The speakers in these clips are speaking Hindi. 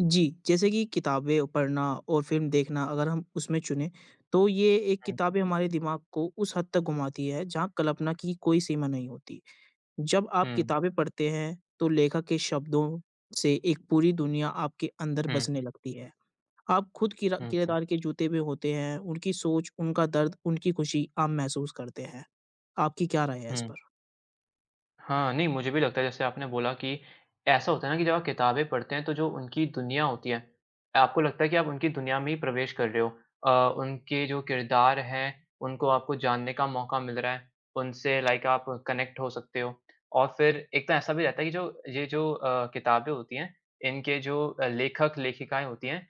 जी, जैसे कि किताबें पढ़ना और फ़िल्म देखना अगर हम उसमें चुनें, तो ये एक हुँ, किताबें हमारे दिमाग को उस हद तक घुमाती है जहाँ कल्पना की कोई सीमा नहीं होती। जब आप हुँ, किताबें पढ़ते हैं, तो लेखक के शब्दों से एक पूरी दुनिया आपके अंदर हुँ, बसने लगती है। आप खुद किरा हुँ, हुँ, किरदार के जूते में होते हैं, उनकी सोच, उनका दर्द, उनकी खुशी आप महसूस करते हैं। आपकी क्या राय है इस हुँ। पर? हाँ, नहीं मुझे भी लगता है जैसे आपने बोला कि ऐसा होता है ना कि जब आप किताबें पढ़ते हैं तो जो उनकी दुनिया होती है, आपको लगता है कि आप उनकी दुनिया में ही प्रवेश कर रहे हो। उनके जो किरदार हैं, उनको आपको जानने का मौका मिल रहा है, उनसे लाइक आप कनेक्ट हो सकते हो। और फिर एक तो ऐसा भी रहता है कि जो ये जो किताबें होती हैं, इनके जो लेखक-लेखिकाएँ होती हैं,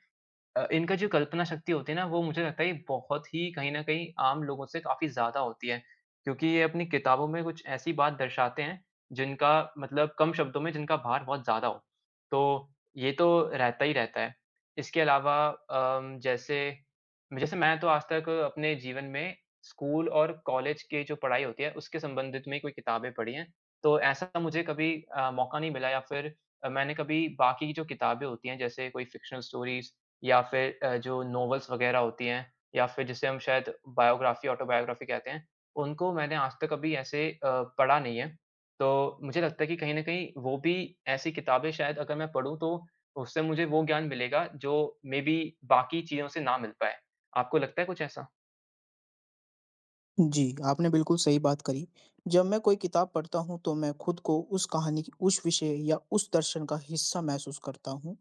इनका जो कल्पना शक्ति होती है ना, वो मुझे लगता है कि बहुत ही कहीं न कहीं आम लोगों से काफ़ी ज़्यादा होती है। क्योंकि ये अपनी किताबों में कुछ ऐसी बात दर्शाते हैं, जिनका मतलब कम शब्दों में जिनका भार बहुत ज़्यादा हो। तो ये तो रहता ही रहता है। इसके अलावा जैसे जैसे मैं तो आज तक अपने जीवन में स्कूल और कॉलेज की जो पढ़ाई होती है, उसके संबंधित में कोई किताबें पढ़ी हैं। तो ऐसा मुझे कभी मौका नहीं मिला या फिर मैंने कभी बाकी की जो किताबें होती हैं, जैसे कोई फ़िक्शनल स्टोरीज़ या फिर जो नॉवेल्स वगैरह होती हैं या फिर जिसे हम शायद बायोग्राफ़ी, ऑटोबायोग्राफ़ी कहते हैं, उनको मैंने आज तक कभी ऐसे पढ़ा नहीं है। तो मुझे लगता है कि कहीं न कहीं वो भी ऐसी किताबें शायद अगर मैं पढ़ूँ तो उससे मुझे वो ज्ञान मिलेगा जो मे बी बाकी चीज़ों से ना मिल पाए। आपको लगता है कुछ ऐसा? जी, आपने बिल्कुल सही बात करी। जब मैं कोई किताब पढ़ता हूँ, तो मैं खुद को उस कहानी की उस विषय या उस दर्शन का हिस्सा महसूस करता हूँ।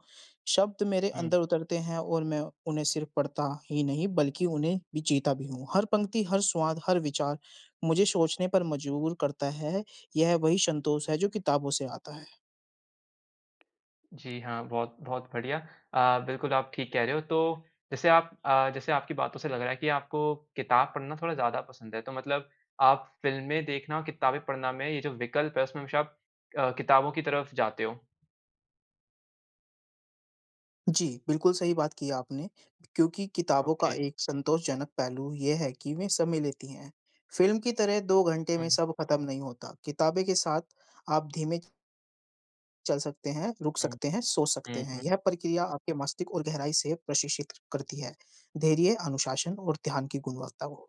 शब्द मेरे अंदर उतरते हैं और मैं उन्हें सिर्फ़ पढ़ता ही नहीं, बल्कि उन्हें भी जीता भी हूँ। हर पंक्ति, हर स्वाद, हर विचार मुझे सोचने पर मजबूर करता है। यह वही संतोष है जो किताबों से आता है। जी हाँ, बहुत बहुत बढ़िया। बिल्कुल आप ठीक कह रहे हो। तो जैसे आपकी बातों से लग रहा है कि आपको किताब पढ़ना थोड़ा ज़्यादा पसंद है। तो मतलब आप फ़िल्में देखना और किताबें पढ़ना में ये जो विकल्प है उसमें हमेशा आप किताबों की तरफ जाते हो। जी, बिल्कुल सही बात की आपने, क्योंकि किताबों का ओके। एक संतोषजनक पहलू ये है कि वे समय लेती हैं। फ़िल्म की तरह 2 घंटे में हुँ, सब खत्म नहीं होता। किताबें के साथ आप धीमे चल सकते हैं, रुक हुँ, सकते हैं, सोच सकते हुँ, हैं। हुँ। यह प्रक्रिया आपके मस्तिष्क और गहराई से प्रशिक्षित करती है। धैर्य, अनुशासन और ध्यान की गुणवत्ता को।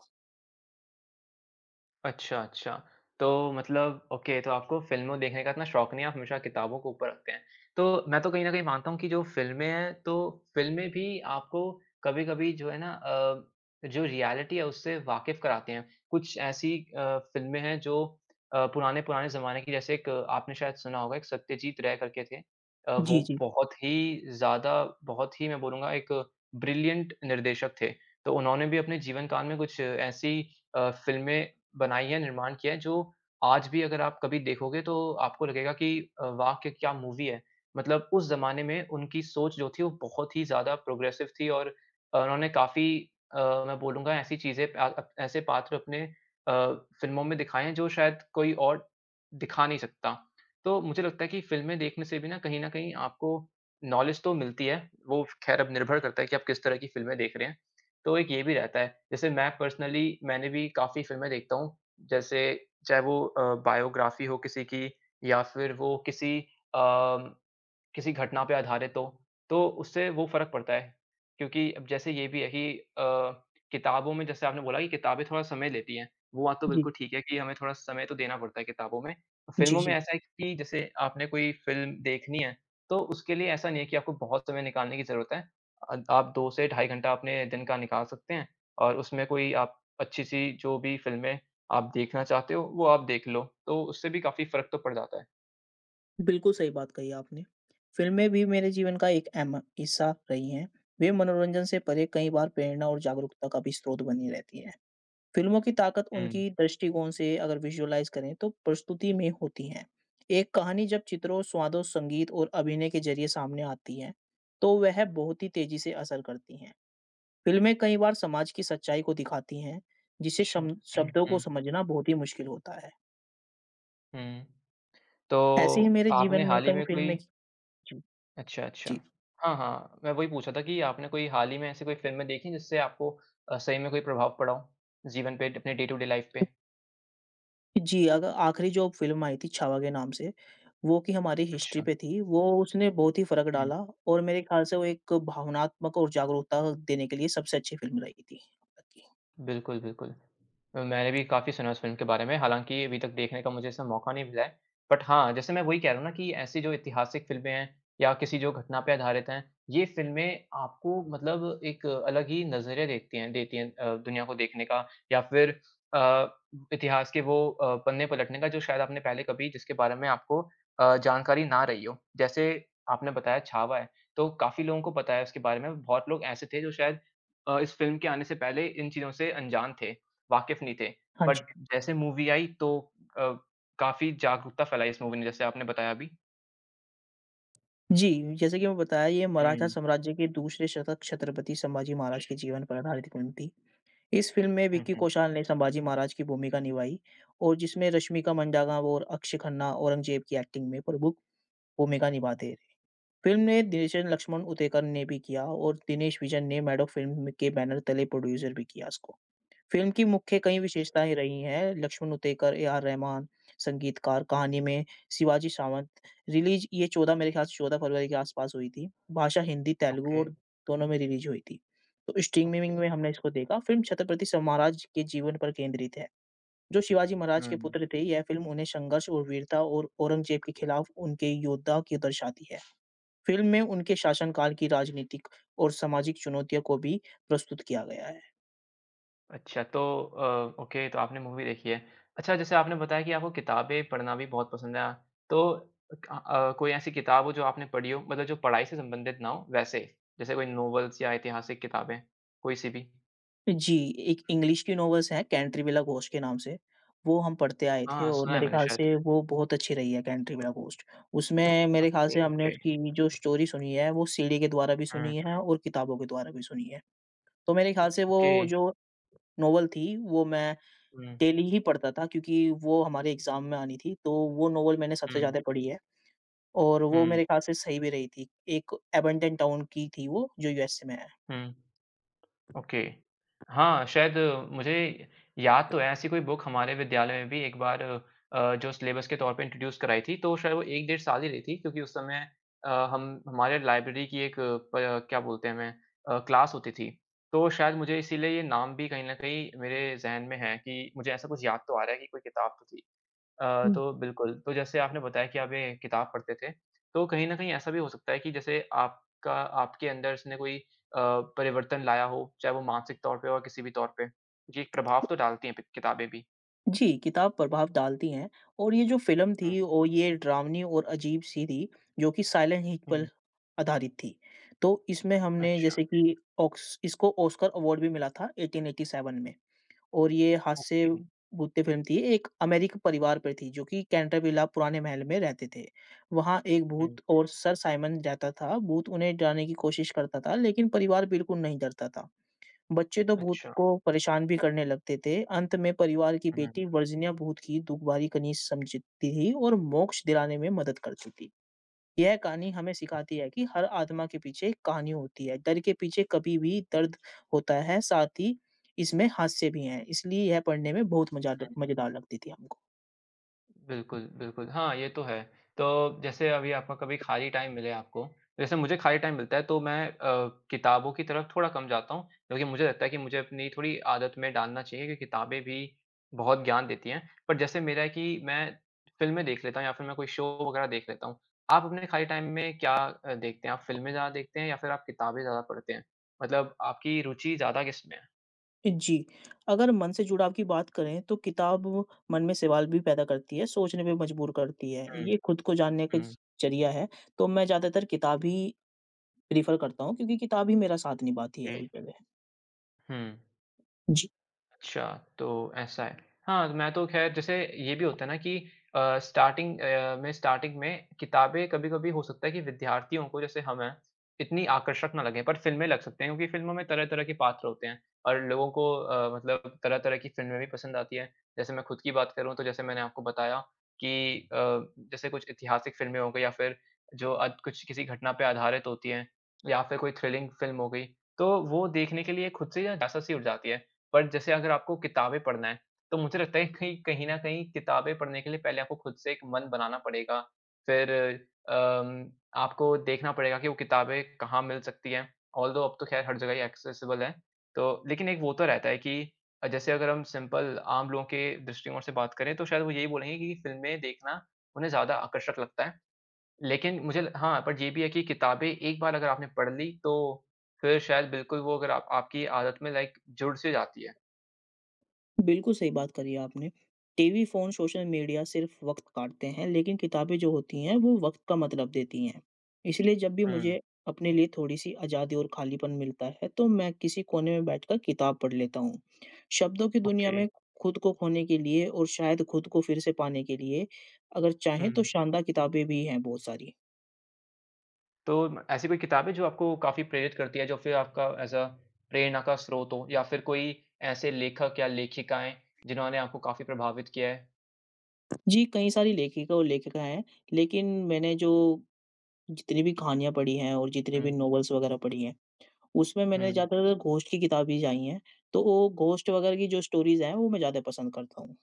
अच्छा, अच्छा। तो मतलब ओके, तो आपको फ़िल्में देखने का इतना शौक नहीं है, आप हमेशा किताबों को ऊपर रखते हैं। तो मैं तो कहीं न कहीं मानता हूँ कि जो फ़िल्में हैं, तो फ़िल्में भी आपको कभी-कभी जो है ना जो रियलिटी है उससे वाकिफ़ कराती हैं। कुछ ऐसी फ़िल्में हैं जो पुराने-पुराने ज़माने की जैसे एक आपने शायद सुना होगा एक सत्यजीत रे करके थे। जी, वो जी, बहुत ही ज़्यादा बहुत ही मैं बोलूँगा एक ब्रिलिएंट निर्देशक थे। तो उन्होंने भी अपने जीवन काल में कुछ ऐसी फ़िल्में बनाई है, निर्माण किया है जो आज भी अगर आप कभी देखोगे तो आपको लगेगा कि वाह! क्या क्या मूवी है। मतलब उस ज़माने में उनकी सोच जो थी वो बहुत ही ज़्यादा प्रोग्रेसिव थी और उन्होंने काफ़ी अ, मैं बोलूँगा ऐसी चीज़ें ऐसे पात्र अपने अ, फ़िल्मों में दिखाए हैं जो शायद कोई और दिखा नहीं सकता। तो मुझे लगता है कि फ़िल्में देखने से भी ना कहीं न कहीं आपको नॉलेज तो मिलती है, वो ख़ैर अब निर्भर करता है कि आप किस तरह की फ़िल्में देख रहे हैं। तो एक ये भी रहता है, जैसे मैं पर्सनली मैंने भी काफ़ी फ़िल्में देखता हूँ, जैसे चाहे वो बायोग्राफ़ी हो किसी की या फिर वो अ किसी घटना पे आधारित हो, तो उससे वो फ़र्क पड़ता है। क्योंकि अब जैसे ये भी है कि अ, किताबों में जैसे आपने बोला कि किताबें थोड़ा समय लेती हैं, वो बात तो जी, बिल्कुल ठीक है कि हमें थोड़ा समय तो देना पड़ता है किताबों में। जी, फ़िल्मों में जी, ऐसा है कि जैसे आपने कोई फ़िल्म देखनी है, तो उसके लिए ऐसा नहीं है कि आपको बहुत समय निकालने की ज़रूरत है। आप 2 से ढाई घंटा अपने दिन का निकाल सकते हैं और उसमें कोई आप अच्छी-सी जो भी फ़िल्में आप देखना चाहते हो, वो आप देख लो। तो उससे भी काफ़ी फ़र्क तो पड़ जाता है। बिल्कुल सही बात कही आपने। फ़िल्में भी मेरे जीवन का एक अहम हिस्सा रही हैं। वे मनोरंजन से परे कई बार प्रेरणा और जागरूकता का भी स्रोत बनी रहती हैं। फिल्मों की ताकत हुँ। उनकी दृष्टिकोण से अगर विजुअलाइज़ करें तो प्रस्तुति में होती है। एक कहानी जब चित्रों, स्वादों, संगीत और अभिनय के ज़रिए सामने आती है, तो वह बहुत ही तेज़ी से असर करती हैं। फिल्में कई बार समाज की सच्चाई को दिखाती हैं, जिसे अच्छा। शम हुँ। शब्दों को हुँ। समझना बहुत ही मुश्किल होता है। हुँ। तो ऐसे ही मेरे जीवन आपने में हाल ही कई में कोई फिल्में। जी, अच्छा, अच्छा। जी। हाँ, हाँ, मैं वही पूछ रहा था कि आपने कोई हाल ही में ऐसी कोई फ़िल्में देखी जिससे आपको सही में कोई प्रभाव पड़ा हो, जीवन पे, अपने डे टू डे लाइफ़ पे? जी, अग आखिरी जो फ़िल्म आई थी छावा के नाम से, वो कि हमारी हिस्ट्री अच्छा। पे थी, वो उसने बहुत ही फ़र्क डाला और मेरे ख़्याल से वो एक भावनात्मक और जागरूकता देने के लिए सबसे अच्छी फ़िल्म रही थी अब तक की। बिल्कुल, बिल्कुल। मैंने भी काफ़ी सुना है उस फ़िल्म के बारे में, हालाँकि अभी तक देखने का मुझे ऐसा मौका नहीं मिला है। बट हाँ, जैसे मैं वही कह रहा हूँ ना कि ऐसी जो ऐतिहासिक फ़िल्में हैं या किसी जो घटना पे आधारित हैं, ये फ़िल्में आपको मतलब एक अलग ही नज़रिया देखती हैं देती हैं दुनिया को देखने का या फिर अ, इतिहास के वो पन्ने पलटने का जो शायद आपने पहले कभी जिसके बारे में आपको जानकारी ना रही हो। जैसे आपने बताया छावा है, तो काफ़ी लोगों को पता है उसके बारे में, बहुत लोग ऐसे थे जो शायद इस फ़िल्म के आने से पहले इन चीज़ों से अनजान थे, वाकिफ़ नहीं थे। हाँ जी। बट जैसे मूवी आई तो अ, काफ़ी जागरूकता फैलाई इस मूवी ने जैसे आपने बताया अभी। जी, जैसे कि मैं बताया ये मराठा हुँ। साम्राज्य के दूसरे शतक छत्रपति संभाजी महाराज के जीवन पर आधारित फ़िल्म थी। इस फ़िल्म में हुँ, विक्की हुँ। कौशल ने संभाजी महाराज की भूमिका निभाई और जिसमें रश्मिका मंडागांव और अक्षय खन्ना औरंगज़ेब की एक्टिंग में प्रमुख भूमिका निभाते। फ़िल्म में दिनेशन लक्ष्मण उतेकर ने भी किया और दिनेश विजन ने मैड ऑफ फ़िल्म के बैनर तले प्रोड्यूसर भी किया इसको। फ़िल्म की मुख्य कई विशेषताएँ रही हैं। लक्ष्मण उतेकर, ए आर रहमान, संगीतकार, कहानी में शिवाजी सावंत। रिलीज़ ये 14 मेरे ख़्याल से 14 फरवरी के आस-पास हुई थी। भाषा हिंदी, तेलुगु ओके, और दोनों में रिलीज़ हुई थी। तो ओके। स्ट्रीमिंग में हमने इसको देखा। फ़िल्म छत्रपति स महाराज के जीवन पर केंद्रित है, जो शिवाजी महाराज के हुँ। पुत्र थे। यह फ़िल्म उन्हें संघर्ष और वीरता और औरंगज़ेब के खिलाफ उनके योद्धा की दर्शाती है। फ़िल्म में उनके शासनकाल की राजनीतिक और सामाजिक चुनौतियों को भी प्रस्तुत किया गया है। अच्छा तो ओके तो आपने मूवी देखी है। अच्छा जैसे आपने बताया कि आपको किताबें पढ़ना भी बहुत पसंद है। तो कोई ऐसी किताब हो जो आपने पढ़ी हो मतलब जो पढ़ाई से संबंधित ना हो वैसे? जैसे कोई नॉवेल्स या ऐतिहासिक किताबें, कोई-सी भी? जी, एक इंग्लिश की नॉवेल्स हैं कैंटरविला घोस्ट के नाम से, वो हम पढ़ते आए थे हाँ, और सुना है मेरे मैंने ख़्याल शायद। से वो बहुत अच्छी रही है कैंटरविला घोस्ट। उसमें मेरे ख़्याल ओके, से हमने ओके। उसकी जो स्टोरी सुनी है वो सीडी के द्वारा भी हुँ, सुनी है और किताबों के द्वारा भी सुनी है। तो मेरे ख़्याल से वो ओके। जो नॉवेल थी वो मैं हुँ। डेली ही पढ़ता था क्योंकि वो हमारे एग्ज़ाम में आनी थी, तो वो नॉवेल मैंने सबसे हुँ, ज़्यादा पढ़ी है और वो हुँ, मेरे ख़्याल से सही भी रही थी। एक एबंटन टाउन की थी वो जो यूएसए में हुँ, ओके। हाँ, शायद मुझे याद तो है ऐसी कोई बुक हमारे विद्यालय में भी एक बार जो सिलेबस के तौर पे इंट्रोड्यूस कराई थी, तो शायद वो 1 डेढ़ साल ही रही थी क्योंकि उस समय हम हमारे लाइब्रेरी की एक प क्या बोलते हैं हमें क्लास होती थी। तो शायद मुझे इसीलिए ये नाम भी कहीं न कहीं मेरे ज़हन में है कि मुझे ऐसा कुछ याद तो आ रहा है कि कोई किताब तो थी। तो है। बिल्कुल, तो जैसे आपने बताया कि आप ये किताब पढ़ते थे, तो कहीं न कहीं ऐसा भी हो सकता है कि जैसे आपका आपके अंदर इसने कोई परिवर्तन लाया हो, चाहे वो मानसिक तौर पे हो या किसी भी तौर पे। ये एक प्रभाव तो डालती हैं पि किताबें भी। जी, किताब प्रभाव डालती हैं और ये जो फ़िल्म हुँ, थी और ये डरावनी और अजीब-सी थी, जो कि साइलेंट हिट पर हुँ। आधारित थी। तो इसमें हमने अच्छा, जैसे कि ऑक्स इसको ऑस्कर अवार्ड भी मिला था 1887 में और ये हास्य ओके, भूत्य फ़िल्म थी, एक अमेरिकी परिवार पर थी जो कि कैंटरविला पुराने महल में रहते थे। वहाँ एक हुँ, भूत और सर साइमन रहता था, भूत उन्हें डराने की कोशिश करता था लेकिन परिवार बिल्कुल नहीं डरता था। बच्चे तो भूत अच्छा, को परेशान भी करने लगते थे। अंत में परिवार की हुँ, हुँ, बेटी वर्जीनिया भूत की दुखभारी कनीज समझती थी और मोक्ष दिलाने में मदद करती थी। यह कहानी हमें सिखाती है कि हर आत्मा के पीछे एक कहानी होती है। डर के पीछे कभी भी दर्द होता है, साथ ही इसमें हास्य भी हैं। इसलिए यह पढ़ने में बहुत मजा हुँ। मज़ेदार लगती थी हमको। बिल्कुल, बिल्कुल। हाँ, ये तो है। तो जैसे अभी आपका कभी खाली टाइम मिले आपको जैसे मुझे खाली टाइम मिलता है तो मैं किताबों की तरफ थोड़ा कम जाता हूँ क्योंकि मुझे लगता है कि मुझे अपनी थोड़ी आदत में डालना चाहिए कि किताबें भी बहुत ज्ञान देती हैं। पर जैसे मेरा है कि मैं फ़िल्में देख लेता हूँ या फिर मैं कोई शो वगैरह देख लेता हूँ। आप अपने खाली टाइम में क्या देखते हैं? आप फ़िल्में ज़्यादा देखते हैं या फिर आप किताबें ज़्यादा पढ़ते हैं? मतलब आपकी रुचि ज़्यादा किसमें है? जी, अगर मन से जुड़ाव की बात करें तो किताब मन में सवाल भी पैदा करती है, सोचने पे मजबूर करती है। हुँ, ये खुद को जानने का ज़ हुँ। ज़रिया है, तो मैं ज़्यादातर किताब ही प्रेफ़र करता हूँ क्योंकि किताब ही मेरा साथ निभाती है जी, उस जगह। हुँ। जी, अच्छा, तो ऐसा है। हाँ, मैं तो ख़ैर जैसे ये भी होता है ना कि स्टार्टिंग में किताबें कभी-कभी हो सकता है कि विद्यार्थियों को जैसे हम हैं, इतनी आकर्षक ना लगें, पर फ़िल्में लग सकते हैं क्योंकि फ़िल्मों में तरह-तरह के पात्र होते हैं और लोगों को मतलब तरह-तरह की फ़िल्में भी पसंद आती हैं। जैसे मैं खुद की बात करूँ तो जैसे मैंने आपको बताया कि जैसे कुछ ऐतिहासिक फ़िल्में हो गई या फिर जो अद कुछ किसी घटना पे आधारित होती हैं या फिर कोई थ्रिलिंग फ़िल्म हो गई, तो वो देखने के लिए खुद से ही ना ज़्यादा सी उठ जाती है। पर जैसे अगर आपको किताबें पढ़ना है, तो मुझे लगता है कहीं कहीं न कहीं किताबें पढ़ने के लिए पहले आपको खुद से एक मन बनाना पड़ेगा। फिर अम, आपको देखना पड़ेगा कि वो किताबें कहाँ मिल सकती हैं। ऑल्दो अब तो ख़ैर हर जगह ही एक्सेसिबल है। तो लेकिन एक वो तो रहता है कि जैसे अगर हम सिंपल आम लोगों के दृष्टिकोण से बात करें, तो शायद वो यही बोलेंगे कि फ़िल्में देखना उन्हें ज़्यादा आकर्षक लगता है। लेकिन मुझे ल हाँ, बट ये भी है कि किताबें एक बार अगर आपने पढ़ ली, तो फिर शायद बिल्कुल वो अगर आप आपकी आदत में लाइक जुड़ सी जाती है। बिल्कुल सही बात करी है आपने। टीवी, फ़ोन, सोशल मीडिया सिर्फ़ वक़्त काटते हैं, लेकिन किताबें जो होती हैं वो वक़्त का मतलब देती हैं। इसलिए जब भी हुँ, मुझे अपने लिए थोड़ी-सी आज़ादी और खालीपन मिलता है, तो मैं किसी कोने में बैठकर किताब पढ़ लेता हूँ। शब्दों की दुनिया ओके। में खुद को खोने के लिए और शायद खुद को फिर से पाने के लिए अगर चाहें तो हुँ, शानदार किताबें भी हैं बहुत सारी। तो ऐसी कोई किताब है जो आपको काफ़ी प्रेरित करती है, जो फिर आपका एज़ अ प्रेरणा का स्रोत हो या फिर कोई ऐसे लेखक या लेखिकाएँ जिन्होंने आपको काफ़ी प्रभावित किया है? जी, कई सारी लेखिका और लेखिका हैं, लेकिन मैंने जो जितनी भी कहानियाँ पढ़ी हैं और जितनी भी हुँ, नॉवेल्स वगैरह पढ़ी हैं, उसमें मैंने हुँ, ज़्यादातर घोस्ट की किताब ही आई हैं। तो वो घोस्ट वगैरह की जो स्टोरीज़ हैं, वो मैं ज़्यादा पसंद करता हूँ।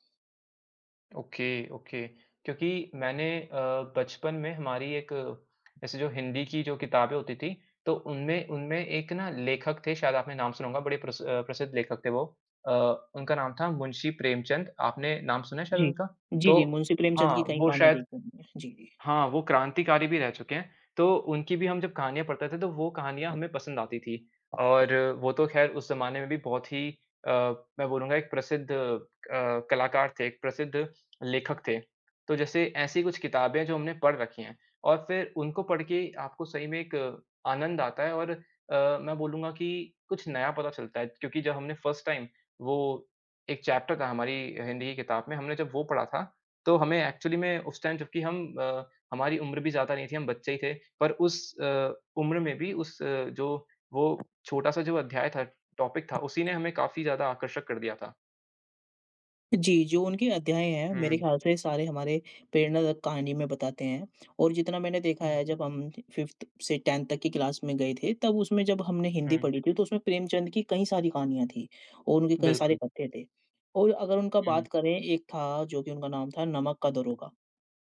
Okay, okay. क्योंकि मैंने बचपन में हमारी एक ऐसे जो हिंदी की जो किताबें होती थी, तो उनमें उनमें एक ना लेखक थे, शायद आपने नाम सुना होगा, बड़े प्रसिद्ध लेखक थे वो। अ, उनका नाम था मुंशी प्रेमचंद, आपने नाम सुना है शायद जी। उनका? जी, तो जी, मुंशी प्रेमचंद हाँ, की कई वो कहानियाँ शायद देखी हुई हैं। जी, जी। हाँ, वो क्रांतिकारी भी रह चुके हैं, तो उनकी भी हम जब कहानियाँ पढ़ते थे, तो वो कहानियाँ हमें पसंद आती थी। और वो तो ख़ैर उस ज़माने में भी बहुत ही अ, मैं बोलूँगा एक प्रसिद्ध कलाकार थे, एक प्रसिद्ध लेखक थे। तो जैसे ऐसी कुछ किताबें जो हमने पढ़ रखी हैं और फिर उनको पढ़ के आपको सही में एक आनंद आता है और मैं बोलूँगा कि कुछ नया पता चलता है क्योंकि जब हमने फ़र्स्ट टाइम वो एक चैप्टर था हमारी हिंदी की किताब में, हमने जब वो पढ़ा था, तो हमें एक्चुअली में उस टाइम जबकि हम हमारी उम्र भी ज़्यादा नहीं थी, हम बच्चे ही थे। पर उस उम्र में भी उस जो वो छोटा-सा जो अध्याय था, टॉपिक था, उसी ने हमें काफ़ी ज़्यादा आकर्षक कर दिया था। जी, जो उनके अध्याय हैं, मेरे हुँ। ख़्याल से सारे हमारे प्रेरणादायक कहानी में बताते हैं और जितना मैंने देखा हुँ, है जब हम 5th से 10th तक की क्लास में गए थे, तब उसमें जब हमने हिंदी हुँ, पढ़ी थी, तो उसमें प्रेमचंद की कई सारी कहानियाँ थी और उनके कई सारे बिल्कुल। कथ्य थे। और अगर उनका हुँ, बात करें, एक था जो कि उनका नाम था नमक का दरोगा,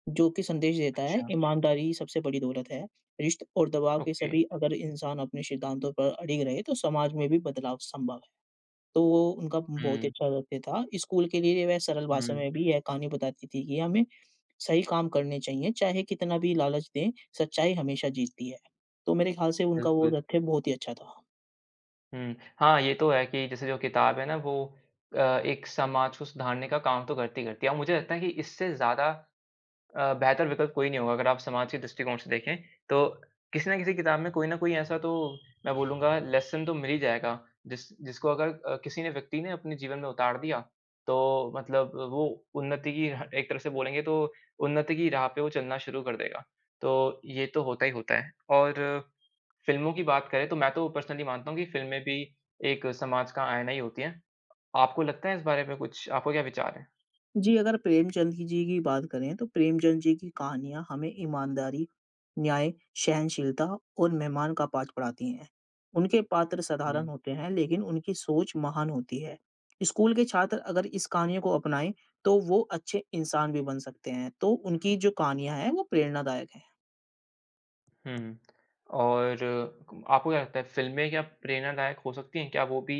जो कि संदेश देता है, अच्छा। ईमानदारी सबसे बड़ी दौलत है। रिश्त और दबाव के ओके। सभी अगर इंसान अपने सिद्धांतों पर अड़िग रहे, तो समाज में भी बदलाव संभव है। तो वो उनका बहुत ही हुँ, अच्छा रहते था। स्कूल के लिए वह सरल भाषा हुँ, में भी यह कहानी बताती थी कि हमें सही काम करने चाहिए, चाहे कितना भी लालच दें, सच्चाई हमेशा जीतती है। तो मेरे ख़्याल से उनका वो बिल्कुल। तथ्य बहुत ही अच्छा था। हुँ, हाँ, ये तो है कि जैसे जो किताब है ना, वो अ, एक समाज को सुधारने का काम तो करती करती है और मुझे लगता है कि इससे ज़्यादा बेहतर विकल्प कोई नहीं होगा अगर आप समाज के दृष्टिकोण से देखें, तो किसी न किसी किताब में कोई न कोई ऐसा तो मैं बोलूँगा लेसन तो मिल ही जाएगा, जिसको अगर किसी ने व्यक्ति ने अपने जीवन में उतार दिया, तो मतलब वो उन्नति की ह एक तरह से बोलेंगे तो उन्नति की राह पे वो चलना शुरू कर देगा। तो ये तो होता ही होता है और फ़िल्मों की बात करें तो मैं तो पर्सनली मानता हूँ कि फ़िल्में भी एक समाज का आईना ही होती हैं। आपको लगता है इस बारे में कुछ? आपका क्या विचार है? जी, अगर प्रेमचंद की जी की बात करें तो प्रेमचंद जी की कहानियाँ हमें ईमानदारी, न्याय, सहनशीलता और मेहमान का पाठ पढ़ाती हैं। उनके पात्र साधारण हुँ। होते हैं लेकिन उनकी सोच महान होती है। स्कूल के छात्र अगर इस कहानियों को अपनाएं तो वो अच्छे इंसान भी बन सकते हैं। तो उनकी जो कहानियाँ हैं वो प्रेरणादायक हैं। हुँ। और आपको क्या लगता है फ़िल्में क्या प्रेरणादायक हो सकती हैं? क्या वो भी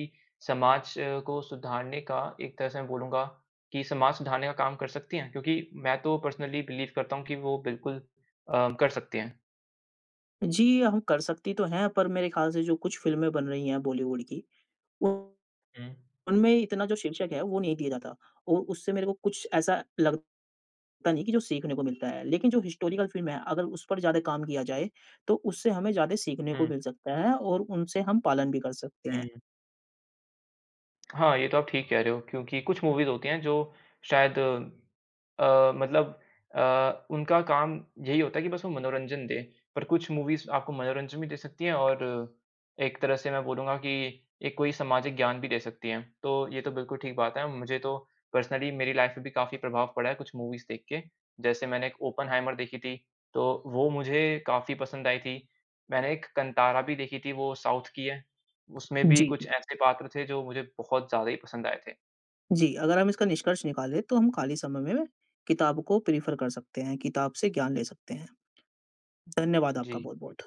समाज को सुधारने का एक तरह से मैं बोलूँगा कि समाज सुधारने का काम कर सकती हैं? क्योंकि मैं तो पर्सनली बिलीव करता हूँ कि वो बिल्कुल कर सकती हैं। जी, हम कर सकती तो हैं पर मेरे ख़्याल से जो कुछ फ़िल्में बन रही हैं बॉलीवुड की, उन- हुँ। उनमें इतना जो शीर्षक है वो नहीं दिया जाता और उससे मेरे को कुछ ऐसा लग तने की जो सीखने को मिलता है। लेकिन जो हिस्टोरिकल फ़िल्म है, अगर उस पर ज़्यादा काम किया जाए, तो उससे हमें ज़्यादा सीखने को हुँ, मिल सकता है और उनसे हम पालन भी कर सकते हैं। हुँ। हाँ, ये तो आप ठीक कह रहे हो क्योंकि कुछ मूवीज़ होती हैं जो शायद मतलब उनका काम यही होता है कि बस वो मनोरंजन दें। पर कुछ मूवीज़ आपको मनोरंजन भी दे सकती हैं और एक तरह से मैं बोलूँगा कि एक कोई सामाजिक ज्ञान भी दे सकती हैं। तो ये तो बिल्कुल ठीक बात है। मुझे तो पर्सनली मेरी लाइफ़ में भी काफ़ी प्रभाव पड़ा है कुछ मूवीज़ देख के। जैसे मैंने एक ओपेनहाइमर देखी थी, तो वो मुझे काफ़ी पसंद आई थी। मैंने एक कंतारा भी देखी थी, वो साउथ की है। उसमें भी जी, कुछ जी। ऐसे पात्र थे जो मुझे बहुत ज़्यादा ही पसंद आए थे। जी, अगर हम इसका निष्कर्ष निकालें, तो हम खाली समय में किताब को प्रेफ़र कर सकते हैं, किताब से ज्ञान ले सकते हैं। धन्यवाद जी। आपका बहुत-बहुत।